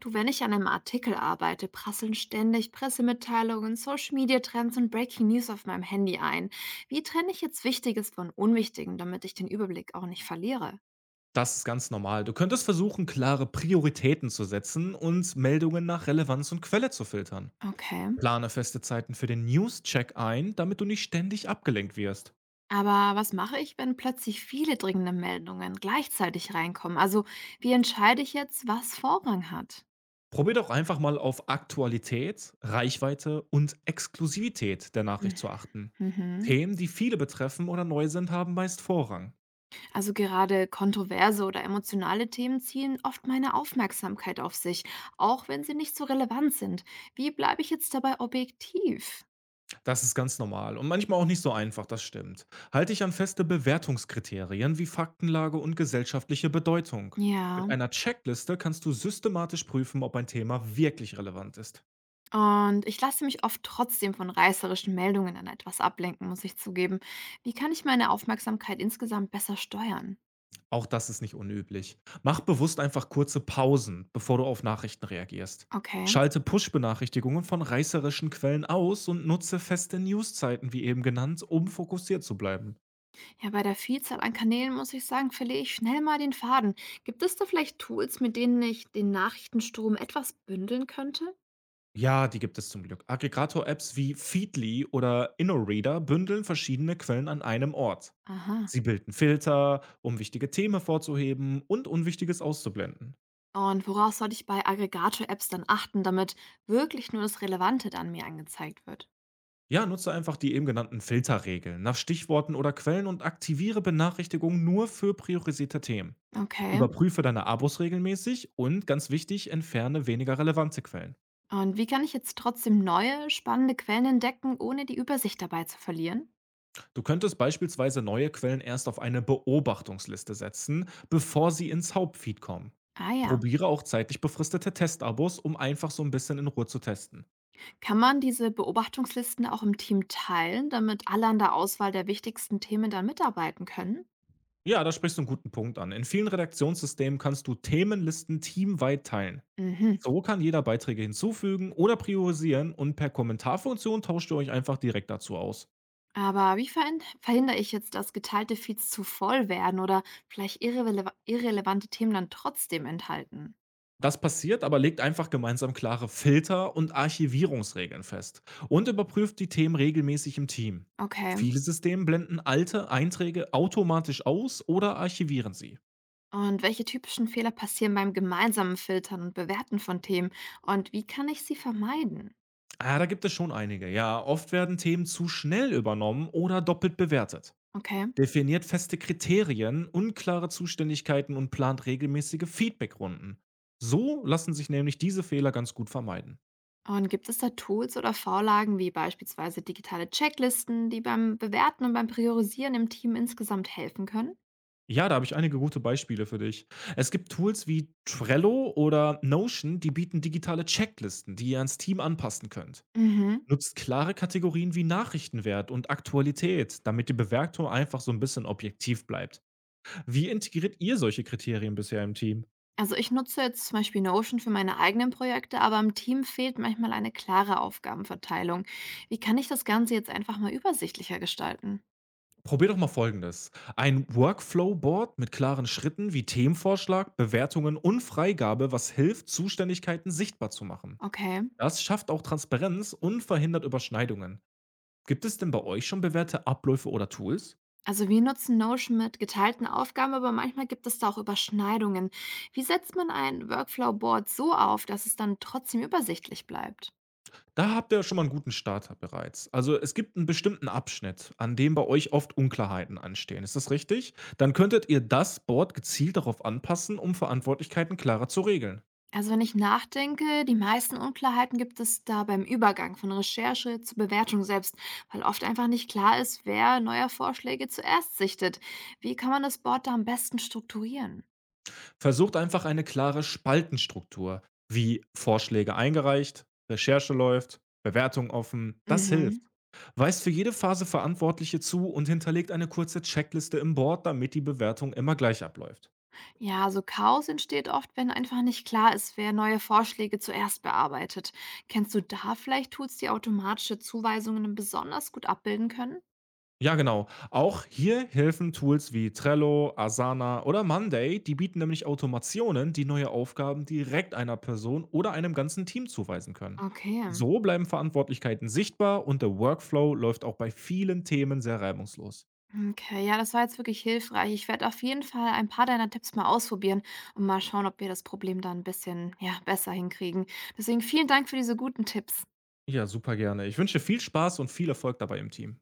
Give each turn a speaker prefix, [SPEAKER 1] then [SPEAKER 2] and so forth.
[SPEAKER 1] Du, wenn ich an einem Artikel arbeite, prasseln ständig Pressemitteilungen, Social Media Trends und Breaking News auf meinem Handy ein. Wie trenne ich jetzt Wichtiges von Unwichtigem, damit ich den Überblick auch nicht verliere?
[SPEAKER 2] Das ist ganz normal. Du könntest versuchen, klare Prioritäten zu setzen und Meldungen nach Relevanz und Quelle zu filtern.
[SPEAKER 1] Okay.
[SPEAKER 2] Plane feste Zeiten für den News-Check ein, damit du nicht ständig abgelenkt wirst.
[SPEAKER 1] Aber was mache ich, wenn plötzlich viele dringende Meldungen gleichzeitig reinkommen? Also, wie entscheide ich jetzt, was Vorrang hat?
[SPEAKER 2] Probier doch einfach mal auf Aktualität, Reichweite und Exklusivität der
[SPEAKER 1] Mhm.
[SPEAKER 2] Nachricht zu achten.
[SPEAKER 1] Mhm.
[SPEAKER 2] Themen, die viele betreffen oder neu sind, haben meist Vorrang.
[SPEAKER 1] Also gerade kontroverse oder emotionale Themen ziehen oft meine Aufmerksamkeit auf sich, auch wenn sie nicht so relevant sind. Wie bleibe ich jetzt dabei objektiv?
[SPEAKER 2] Das ist ganz normal und manchmal auch nicht so einfach, das stimmt. Halte dich an feste Bewertungskriterien wie Faktenlage und gesellschaftliche Bedeutung. Mit
[SPEAKER 1] Ja,
[SPEAKER 2] einer Checkliste kannst du systematisch prüfen, ob ein Thema wirklich relevant ist.
[SPEAKER 1] und ich lasse mich oft trotzdem von reißerischen Meldungen an etwas ablenken, muss ich zugeben. Wie kann ich meine Aufmerksamkeit insgesamt besser steuern?
[SPEAKER 2] Auch das ist nicht unüblich. Mach bewusst einfach kurze Pausen, bevor du auf Nachrichten reagierst.
[SPEAKER 1] Okay.
[SPEAKER 2] Schalte Push-Benachrichtigungen von reißerischen Quellen aus und nutze feste Newszeiten, wie eben genannt, um fokussiert zu bleiben.
[SPEAKER 1] Ja, bei der Vielzahl an Kanälen muss ich sagen, verliere ich schnell mal den Faden. Gibt es da vielleicht Tools, mit denen ich den Nachrichtenstrom etwas bündeln könnte?
[SPEAKER 2] Ja, die gibt es zum Glück. Aggregator-Apps wie Feedly oder InnoReader bündeln verschiedene Quellen an einem Ort.
[SPEAKER 1] Aha.
[SPEAKER 2] Sie bilden Filter, um wichtige Themen hervorzuheben und Unwichtiges auszublenden.
[SPEAKER 1] Und woraus sollte ich bei Aggregator-Apps dann achten, damit wirklich nur das Relevante dann mir angezeigt wird?
[SPEAKER 2] Ja, nutze einfach die eben genannten Filterregeln nach Stichworten oder Quellen und aktiviere Benachrichtigungen nur für priorisierte Themen.
[SPEAKER 1] Okay.
[SPEAKER 2] Überprüfe deine Abos regelmäßig und ganz wichtig, entferne weniger relevante Quellen.
[SPEAKER 1] Und wie kann ich jetzt trotzdem neue, spannende Quellen entdecken, ohne die Übersicht dabei zu verlieren?
[SPEAKER 2] Du könntest beispielsweise neue Quellen erst auf eine Beobachtungsliste setzen, bevor sie ins Hauptfeed kommen.
[SPEAKER 1] Ah ja.
[SPEAKER 2] Probiere auch zeitlich befristete Testabos, um einfach so ein bisschen in Ruhe zu testen.
[SPEAKER 1] Kann man diese Beobachtungslisten auch im Team teilen, damit alle an der Auswahl der wichtigsten Themen dann mitarbeiten können?
[SPEAKER 2] Ja, da sprichst du einen guten Punkt an. In vielen Redaktionssystemen kannst du Themenlisten teamweit teilen.
[SPEAKER 1] Mhm.
[SPEAKER 2] So kann jeder Beiträge hinzufügen oder priorisieren und per Kommentarfunktion tauscht ihr euch einfach direkt dazu aus.
[SPEAKER 1] Aber wie verhindere ich jetzt, dass geteilte Feeds zu voll werden oder vielleicht irrelevante Themen dann trotzdem enthalten?
[SPEAKER 2] Das passiert, aber legt einfach gemeinsam klare Filter und Archivierungsregeln fest und überprüft die Themen regelmäßig im Team.
[SPEAKER 1] Okay.
[SPEAKER 2] Viele Systeme blenden alte Einträge automatisch aus oder archivieren sie.
[SPEAKER 1] Und welche typischen Fehler passieren beim gemeinsamen Filtern und Bewerten von Themen? Und wie kann ich sie vermeiden?
[SPEAKER 2] Ah, da gibt es schon einige. Ja, oft werden Themen zu schnell übernommen oder doppelt bewertet.
[SPEAKER 1] Okay.
[SPEAKER 2] Definiert feste Kriterien, unklare Zuständigkeiten und plant regelmäßige Feedbackrunden. So lassen sich nämlich diese Fehler ganz gut vermeiden.
[SPEAKER 1] Und gibt es da Tools oder Vorlagen wie beispielsweise digitale Checklisten, die beim Bewerten und beim Priorisieren im Team insgesamt helfen können?
[SPEAKER 2] Ja, da habe ich einige gute Beispiele für dich. Es gibt Tools wie Trello oder Notion, die bieten digitale Checklisten, die ihr ans Team anpassen könnt.
[SPEAKER 1] Mhm.
[SPEAKER 2] Nutzt klare Kategorien wie Nachrichtenwert und Aktualität, damit die Bewertung einfach so ein bisschen objektiv bleibt. Wie integriert ihr solche Kriterien bisher im Team?
[SPEAKER 1] Also ich nutze jetzt zum Beispiel Notion für meine eigenen Projekte, aber im Team fehlt manchmal eine klare Aufgabenverteilung. Wie kann ich das Ganze jetzt einfach mal übersichtlicher gestalten?
[SPEAKER 2] Probier doch mal folgendes. Ein Workflow-Board mit klaren Schritten wie Themenvorschlag, Bewertungen und Freigabe, was hilft, Zuständigkeiten sichtbar zu machen.
[SPEAKER 1] Okay.
[SPEAKER 2] Das schafft auch Transparenz und verhindert Überschneidungen. Gibt es denn bei euch schon bewährte Abläufe oder Tools?
[SPEAKER 1] Also wir nutzen Notion mit geteilten Aufgaben, aber manchmal gibt es da auch Überschneidungen. Wie setzt man ein Workflow-Board so auf, dass es dann trotzdem übersichtlich bleibt?
[SPEAKER 2] Da habt ihr ja schon mal einen guten Starter bereits. Also, es gibt einen bestimmten Abschnitt, an dem bei euch oft Unklarheiten anstehen. Ist das richtig? Dann könntet ihr das Board gezielt darauf anpassen, um Verantwortlichkeiten klarer zu regeln.
[SPEAKER 1] Also wenn ich nachdenke, die meisten Unklarheiten gibt es da beim Übergang von Recherche zur Bewertung selbst, weil oft einfach nicht klar ist, wer neuer Vorschläge zuerst sichtet. Wie kann man das Board da am besten strukturieren?
[SPEAKER 2] Versucht einfach eine klare Spaltenstruktur, wie Vorschläge eingereicht, Recherche läuft, Bewertung offen. Das hilft.
[SPEAKER 1] Mhm.
[SPEAKER 2] Weist für jede Phase Verantwortliche zu und hinterlegt eine kurze Checkliste im Board, damit die Bewertung immer gleich abläuft.
[SPEAKER 1] Ja, also Chaos entsteht oft, wenn einfach nicht klar ist, wer neue Vorschläge zuerst bearbeitet. Kennst du da vielleicht Tools, die automatische Zuweisungen besonders gut abbilden können?
[SPEAKER 2] Ja, genau. Auch hier helfen Tools wie Trello, Asana oder Monday, die bieten nämlich Automationen, die neue Aufgaben direkt einer Person oder einem ganzen Team zuweisen können.
[SPEAKER 1] Okay.
[SPEAKER 2] So bleiben Verantwortlichkeiten sichtbar und der Workflow läuft auch bei vielen Themen sehr reibungslos.
[SPEAKER 1] Okay, ja, das war jetzt wirklich hilfreich. Ich werde auf jeden Fall ein paar deiner Tipps mal ausprobieren und mal schauen, ob wir das Problem da ein bisschen, ja, besser hinkriegen. Deswegen vielen Dank für diese guten Tipps.
[SPEAKER 2] Ja, super gerne. Ich wünsche viel Spaß und viel Erfolg dabei im Team.